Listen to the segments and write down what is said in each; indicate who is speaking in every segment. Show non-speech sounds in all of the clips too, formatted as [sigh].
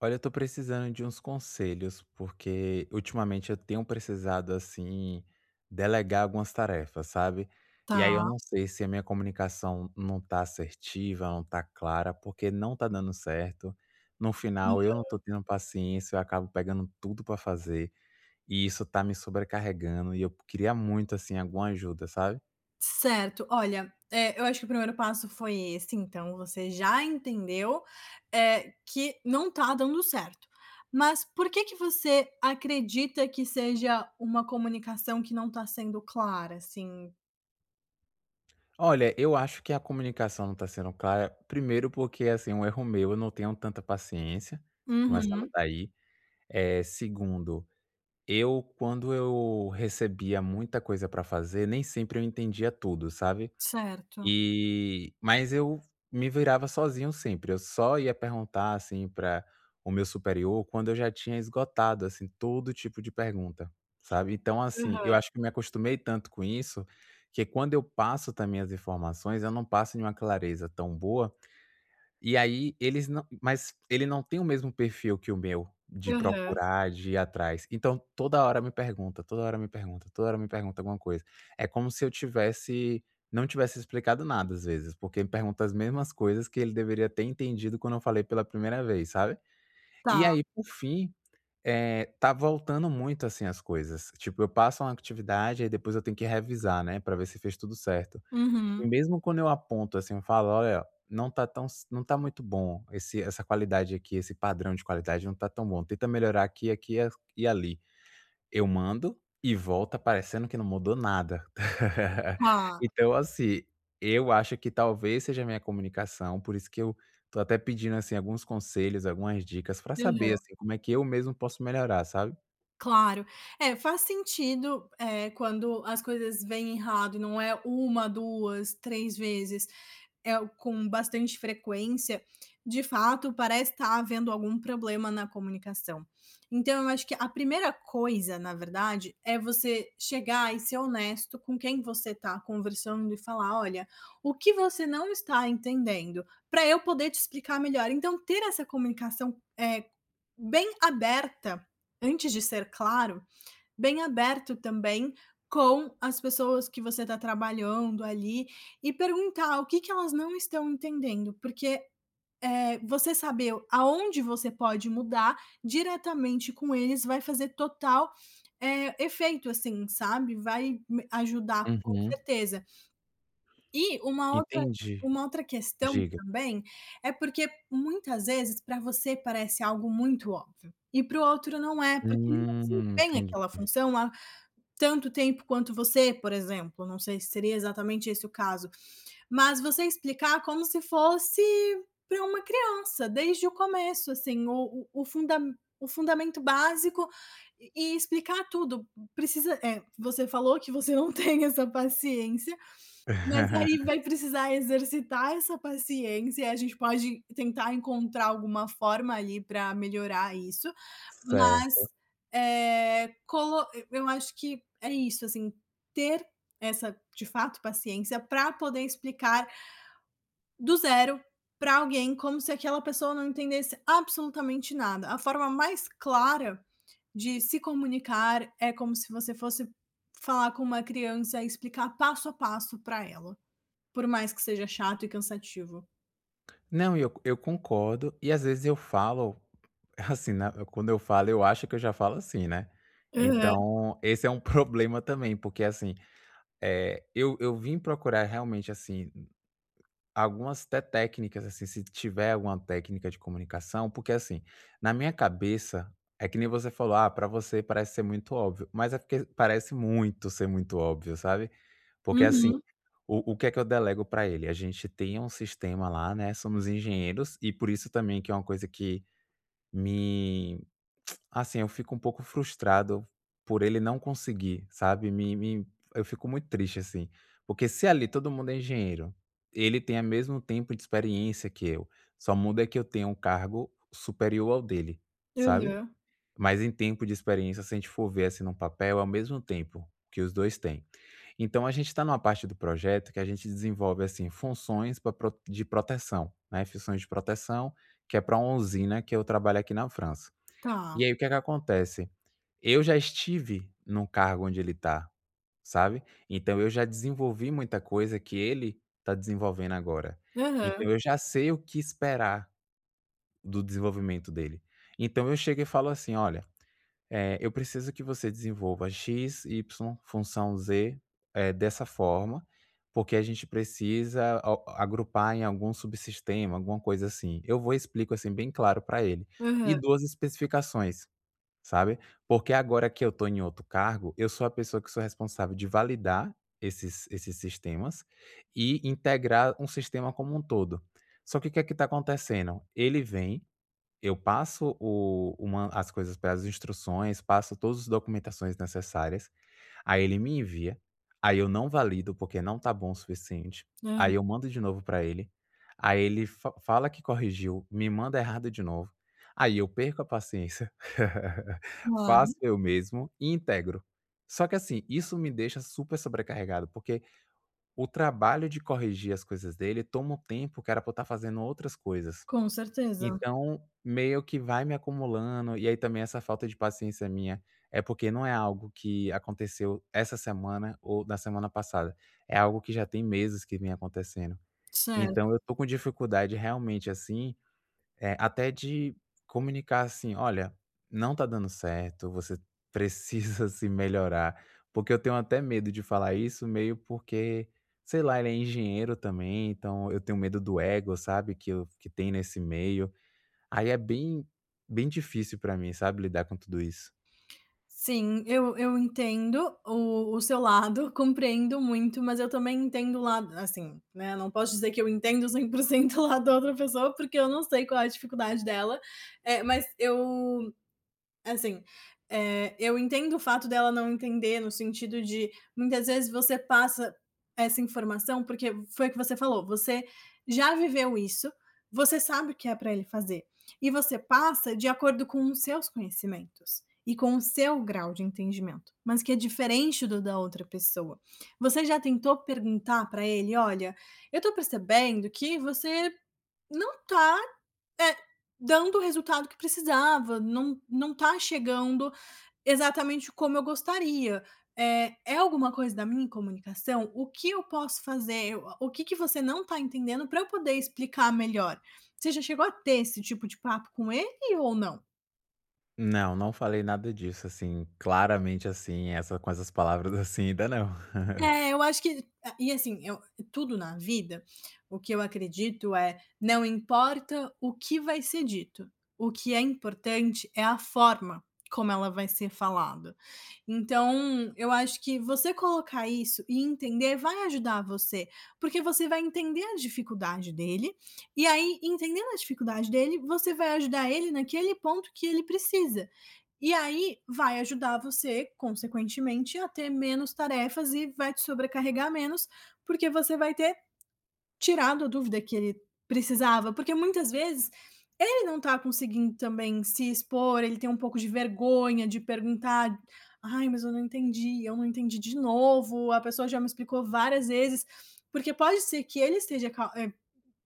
Speaker 1: Olha, eu tô precisando de uns conselhos, porque ultimamente eu tenho precisado, assim, delegar algumas tarefas, sabe? E
Speaker 2: Tá,
Speaker 1: aí eu não sei se a minha comunicação não tá assertiva, não tá clara, porque não tá dando certo. No final, eu não tô tendo paciência, eu acabo pegando tudo pra fazer, e isso tá me sobrecarregando, e eu queria muito, assim, alguma ajuda, sabe?
Speaker 2: certo. Olha, eu acho que o primeiro passo foi esse, então você já entendeu, que não tá dando certo. Mas por que que você acredita que seja uma comunicação que não tá sendo clara, assim?
Speaker 1: Olha, eu acho que a comunicação não tá sendo clara, primeiro porque, assim, é um erro meu, eu não tenho tanta paciência, começando
Speaker 2: Uhum,
Speaker 1: daí. É, segundo, eu quando eu recebia muita coisa para fazer, nem sempre eu entendia tudo, sabe.
Speaker 2: certo.
Speaker 1: Mas eu me virava sozinho sempre, eu só ia perguntar, assim, para o meu superior quando eu já tinha esgotado, assim, todo tipo de pergunta, sabe. Então, assim, eu
Speaker 2: Aham,
Speaker 1: acho que me acostumei tanto com isso, que quando eu passo também as informações, eu não passo em uma clareza tão boa e aí eles não mas ele não tem o mesmo perfil que o meu, de
Speaker 2: aham.
Speaker 1: procurar, de ir atrás. Então toda hora me pergunta, toda hora me pergunta, toda hora me pergunta alguma coisa. É como se eu tivesse não tivesse explicado nada às vezes, porque ele pergunta as mesmas coisas que ele deveria ter entendido quando eu falei pela primeira vez, sabe.
Speaker 2: Tá,
Speaker 1: E aí, por fim, tá voltando muito, assim, as coisas. Tipo, eu passo uma atividade, aí depois eu tenho que revisar, né, pra ver se fez tudo certo. E
Speaker 2: uhum,
Speaker 1: mesmo quando eu aponto, assim, eu falo: "Olha, não tá muito bom esse essa qualidade aqui, esse padrão de qualidade não tá tão bom, tenta melhorar aqui, aqui a e ali". Eu mando e volta parecendo que não mudou nada. [laughs]
Speaker 2: tá,
Speaker 1: Então, assim, eu acho que talvez seja a minha comunicação, por isso que eu tô até pedindo, assim, alguns conselhos, algumas dicas pra saber,
Speaker 2: aham,
Speaker 1: assim, como é que eu mesmo posso melhorar, sabe?
Speaker 2: claro. É, faz sentido, quando as coisas vêm errado e não é uma 2 3 vezes. É, com bastante frequência, de fato, parece estar havendo algum problema na comunicação. Então, eu acho que a primeira coisa, na verdade, é você chegar e ser honesto com quem você está conversando e falar: olha, o que você não está entendendo, para eu poder te explicar melhor. Então, ter essa comunicação é, bem aberta, antes de ser claro, bem aberto também com as pessoas que você está trabalhando ali e perguntar o que que elas não estão entendendo, porque, você saber aonde você pode mudar diretamente com eles vai fazer total, efeito, assim, sabe, vai me ajudar com
Speaker 1: Uhum.
Speaker 2: certeza. E uma outra
Speaker 1: Entendi.
Speaker 2: uma outra questão
Speaker 1: Diga.
Speaker 2: também é porque muitas vezes para você parece algo muito óbvio e para o outro não é, porque ele não desempenha
Speaker 1: Entendi.
Speaker 2: aquela função tanto tempo quanto você, por exemplo, não sei se seria exatamente esse o caso, mas você explicar como se fosse para uma criança, desde o começo, assim, o fundamento básico e explicar tudo. Você falou que você não [laughs] tem essa paciência, mas aí
Speaker 1: [laughs]
Speaker 2: vai precisar exercitar essa paciência, e a gente pode tentar encontrar alguma forma ali pra melhorar isso, mas,
Speaker 1: Certo.
Speaker 2: eh, colo eu acho que é isso, assim, ter essa, de fato, paciência pra poder explicar do zero pra alguém, como se aquela pessoa não entendesse absolutamente nada. A forma mais clara de se comunicar é como se você fosse falar com uma criança e explicar passo a passo pra ela. Por mais que seja chato e cansativo.
Speaker 1: Não, eu concordo, e às vezes eu falo, [laughs] assim, né, quando eu falo eu acho que eu já falo assim, né.
Speaker 2: Aham.
Speaker 1: Então esse é um [laughs] problema também, porque assim, eu vim procurar realmente, assim, algumas até técnicas, assim, se tiver alguma técnica de comunicação, porque assim, na minha cabeça, é que nem você falou: "Ah, pra você parece ser muito óbvio", mas é porque parece muito ser muito óbvio, sabe. Porque assim,
Speaker 2: Uhum.
Speaker 1: o que é que eu delego para ele? A gente tem um sistema lá, né, somos engenheiros, e por isso também que é uma coisa que me assim, eu fico um pouco frustrado por ele não conseguir, sabe, me me eu fico muito triste, assim, porque se ali todo mundo é engenheiro, ele tem a mesmo tempo de experiência que eu, só muda que eu tenho um cargo superior ao dele, sabe.
Speaker 2: Aham.
Speaker 1: Mas em tempo de experiência, se a gente for ver, assim, num papel, é o mesmo tempo que os 2 têm. Então a gente está numa parte do projeto que a gente desenvolve, assim, funções pra pro de proteção, né, funções de proteção, que é para uma usina que eu trabalho aqui na França.
Speaker 2: Tá.
Speaker 1: E aí o que é que acontece? Eu já estive num cargo onde ele está, sabe. Então eu já desenvolvi muita coisa que ele está desenvolvendo agora.
Speaker 2: Aham.
Speaker 1: Então eu já sei o que esperar do desenvolvimento dele. Então eu chego e falo assim: "Olha, é, eu preciso que você desenvolva x, y, função z, dessa forma, porque a gente precisa agrupar em algum subsistema, alguma coisa assim. Eu vou explico assim bem claro para ele. E
Speaker 2: Aham.
Speaker 1: duas especificações, sabe?" Porque agora que eu estou em outro cargo, eu sou a pessoa que sou responsável de validar esses sistemas e integrar um sistema como um todo. Só que o que é que está acontecendo? Ele vem Eu passo o uma as coisas para as instruções, passo todas as documentações necessárias, aí ele me envia, aí eu não valido porque não tá bom o suficiente,
Speaker 2: Aham.
Speaker 1: aí eu mando de novo para ele, aí ele fa fala que corrigiu, me manda errado de novo, aí eu perco a paciência, [laughs]
Speaker 2: Claro,
Speaker 1: faço eu mesmo e integro. Só que assim, isso me deixa super sobrecarregado, porque o trabalho de corrigir as coisas dele toma um tempo que era pra eu estar fazendo outras coisas.
Speaker 2: com certeza.
Speaker 1: Então, meio que vai me acumulando, e aí também essa falta de paciência minha é porque não é algo que aconteceu essa semana ou da semana passada, é algo que já tem meses que vem acontecendo.
Speaker 2: Certo.
Speaker 1: Então eu tô com dificuldade realmente, assim, até de comunicar assim: "Olha, não tá dando certo, você precisa [laughs] se melhorar", porque eu tenho até medo de falar isso, meio porque, sei lá, ele é engenheiro também, então eu tenho medo do ego, sabe, que tem nesse meio. Aí é bem bem difícil pra mim, sabe, lidar com tudo isso.
Speaker 2: Sim, eu entendo o seu lado, [laughs] compreendo muito, mas eu também entendo o lado assim, né, não posso dizer que eu entendo 100% o lado da outra pessoa, porque eu não sei qual é a dificuldade dela, é, mas eu. Assim, eu entendo o fato dela não entender no sentido de muitas vezes você passa essa informação, porque foi o que você falou, você já viveu isso, você sabe o que é para ele fazer, e você passa de acordo com os seus conhecimentos e com o seu grau de entendimento, mas que é diferente do da outra pessoa. Você já tentou perguntar para ele: "Olha, eu estou percebendo que você não está, é, dando o resultado que precisava, não tá chegando exatamente como eu gostaria. É alguma coisa da minha comunicação? O que eu posso fazer? O que que você não tá entendendo para eu poder explicar melhor? Você já chegou a ter esse tipo de papo com ele ou não?"
Speaker 1: Não, não falei nada disso, assim, claramente, assim, essas palavras, [laughs] assim, ainda não. [laughs]
Speaker 2: É, eu acho que e assim, eu, tudo na vida, o que eu acredito é: não importa o que vai ser dito, o que é importante é a forma como ela vai ser falada. Então, eu acho que você colocar isso e entender vai ajudar você, porque você vai entender a dificuldade dele, e aí entendendo a dificuldade dele, você vai ajudar ele naquele ponto que ele precisa. E aí vai ajudar você, consequentemente, a ter menos tarefas e vai te sobrecarregar menos, porque você vai ter tirado a dúvida que ele precisava. Porque muitas vezes ele não tá conseguindo também se expor, ele tem um pouco de vergonha de perguntar. Ai, mas eu não entendi de novo. A pessoa já me explicou várias vezes, porque pode ser que ele esteja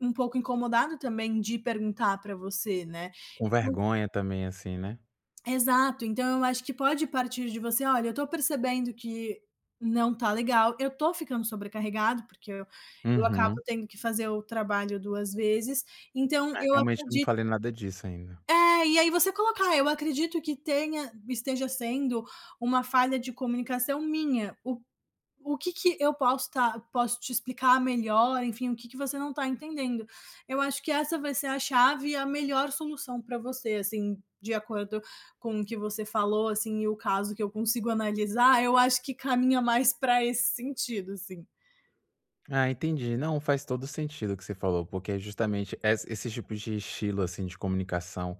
Speaker 2: um pouco incomodado também de perguntar para você, né?
Speaker 1: Com vergonha também, assim, né.
Speaker 2: Exato, então eu acho que pode partir de você: "Olha, eu tô percebendo que não tá legal, eu tô ficando sobrecarregado, porque eu acabo
Speaker 1: Uhum.
Speaker 2: tendo que fazer o trabalho 2 vezes, então
Speaker 1: É,
Speaker 2: eu
Speaker 1: realmente não
Speaker 2: acredito".
Speaker 1: falei nada disso ainda.
Speaker 2: É, e aí você colocar: "Eu acredito que tenha esteja sendo uma falha de comunicação minha, o que que eu posso te explicar melhor, enfim, o que que você não está entendendo". Eu acho que essa vai ser a chave e a melhor solução para você, assim, de acordo com o que você falou, assim, e o caso que eu consigo analisar, eu acho que caminha mais para esse sentido, assim.
Speaker 1: Ah, entendi. Não, faz todo sentido o que você falou, porque é justamente es esse tipo de estilo, assim, de comunicação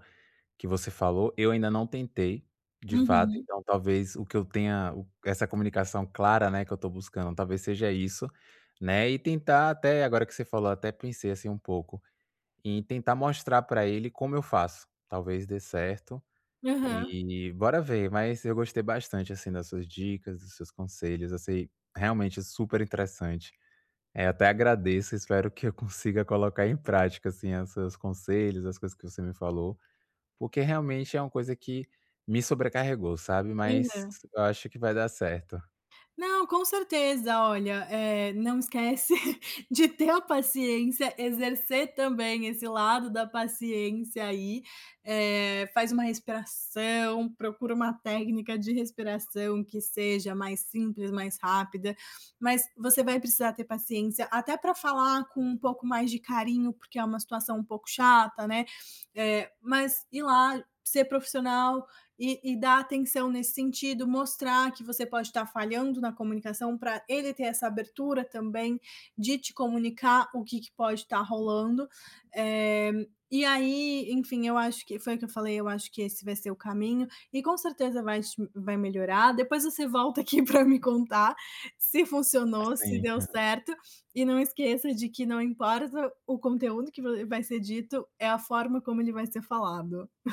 Speaker 1: que você falou, eu ainda não tentei, de fato,
Speaker 2: Uhum.
Speaker 1: então talvez o que eu tenha o essa comunicação clara, né, que eu tô buscando, talvez seja isso, né, e tentar até agora que você falou, até pensei, assim, um pouco, em tentar mostrar pra ele como eu faço. Talvez dê certo
Speaker 2: Aham.
Speaker 1: e bora ver, mas eu gostei bastante, assim, das suas dicas, dos seus conselhos, assim, realmente super interessante. É, até agradeço, espero que eu [laughs] consiga colocar em prática, assim, as seus conselhos, as coisas que você me falou. Porque realmente é uma coisa que me sobrecarregou, sabe, mas
Speaker 2: Aham.
Speaker 1: eu acho que vai dar certo.
Speaker 2: Não, com certeza. Olha, não esquece [laughs] de ter a paciência, exercer também esse lado da paciência aí, faz uma respiração, procura uma técnica de respiração que seja mais simples, mais rápida, mas você vai precisar ter paciência até para falar com um pouco mais de carinho, porque é uma situação um pouco chata, né, mas ir lá, ser profissional, e dar atenção nesse sentido, mostrar que você pode estar falhando na comunicação para ele ter essa abertura também de te comunicar o que que pode estar rolando. E aí, enfim, eu acho que foi o que eu falei, eu acho que esse vai ser o caminho e com certeza vai melhorar. Depois você volta aqui [laughs] para me contar se funcionou, se
Speaker 1: Sim.
Speaker 2: deu certo e não esqueça de que não importa o conteúdo que vai ser dito, é a forma como ele vai ser falado. [laughs]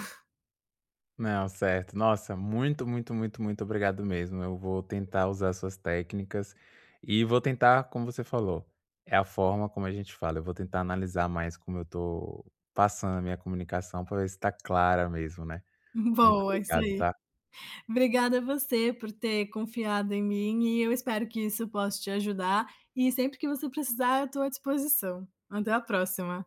Speaker 1: Não, certo. Nossa, muito, muito, muito, muito obrigado mesmo. Eu vou tentar usar suas técnicas e vou tentar, como você falou, é a forma como a gente fala, eu vou tentar analisar mais como eu tô passando a minha comunicação para ver se tá clara mesmo, né. Muito
Speaker 2: Boa, isso
Speaker 1: obrigado,
Speaker 2: aí.
Speaker 1: tá?
Speaker 2: Obrigada a você por ter confiado em mim e eu espero que isso possa te ajudar. E sempre que você precisar, eu estou à disposição. Até a próxima.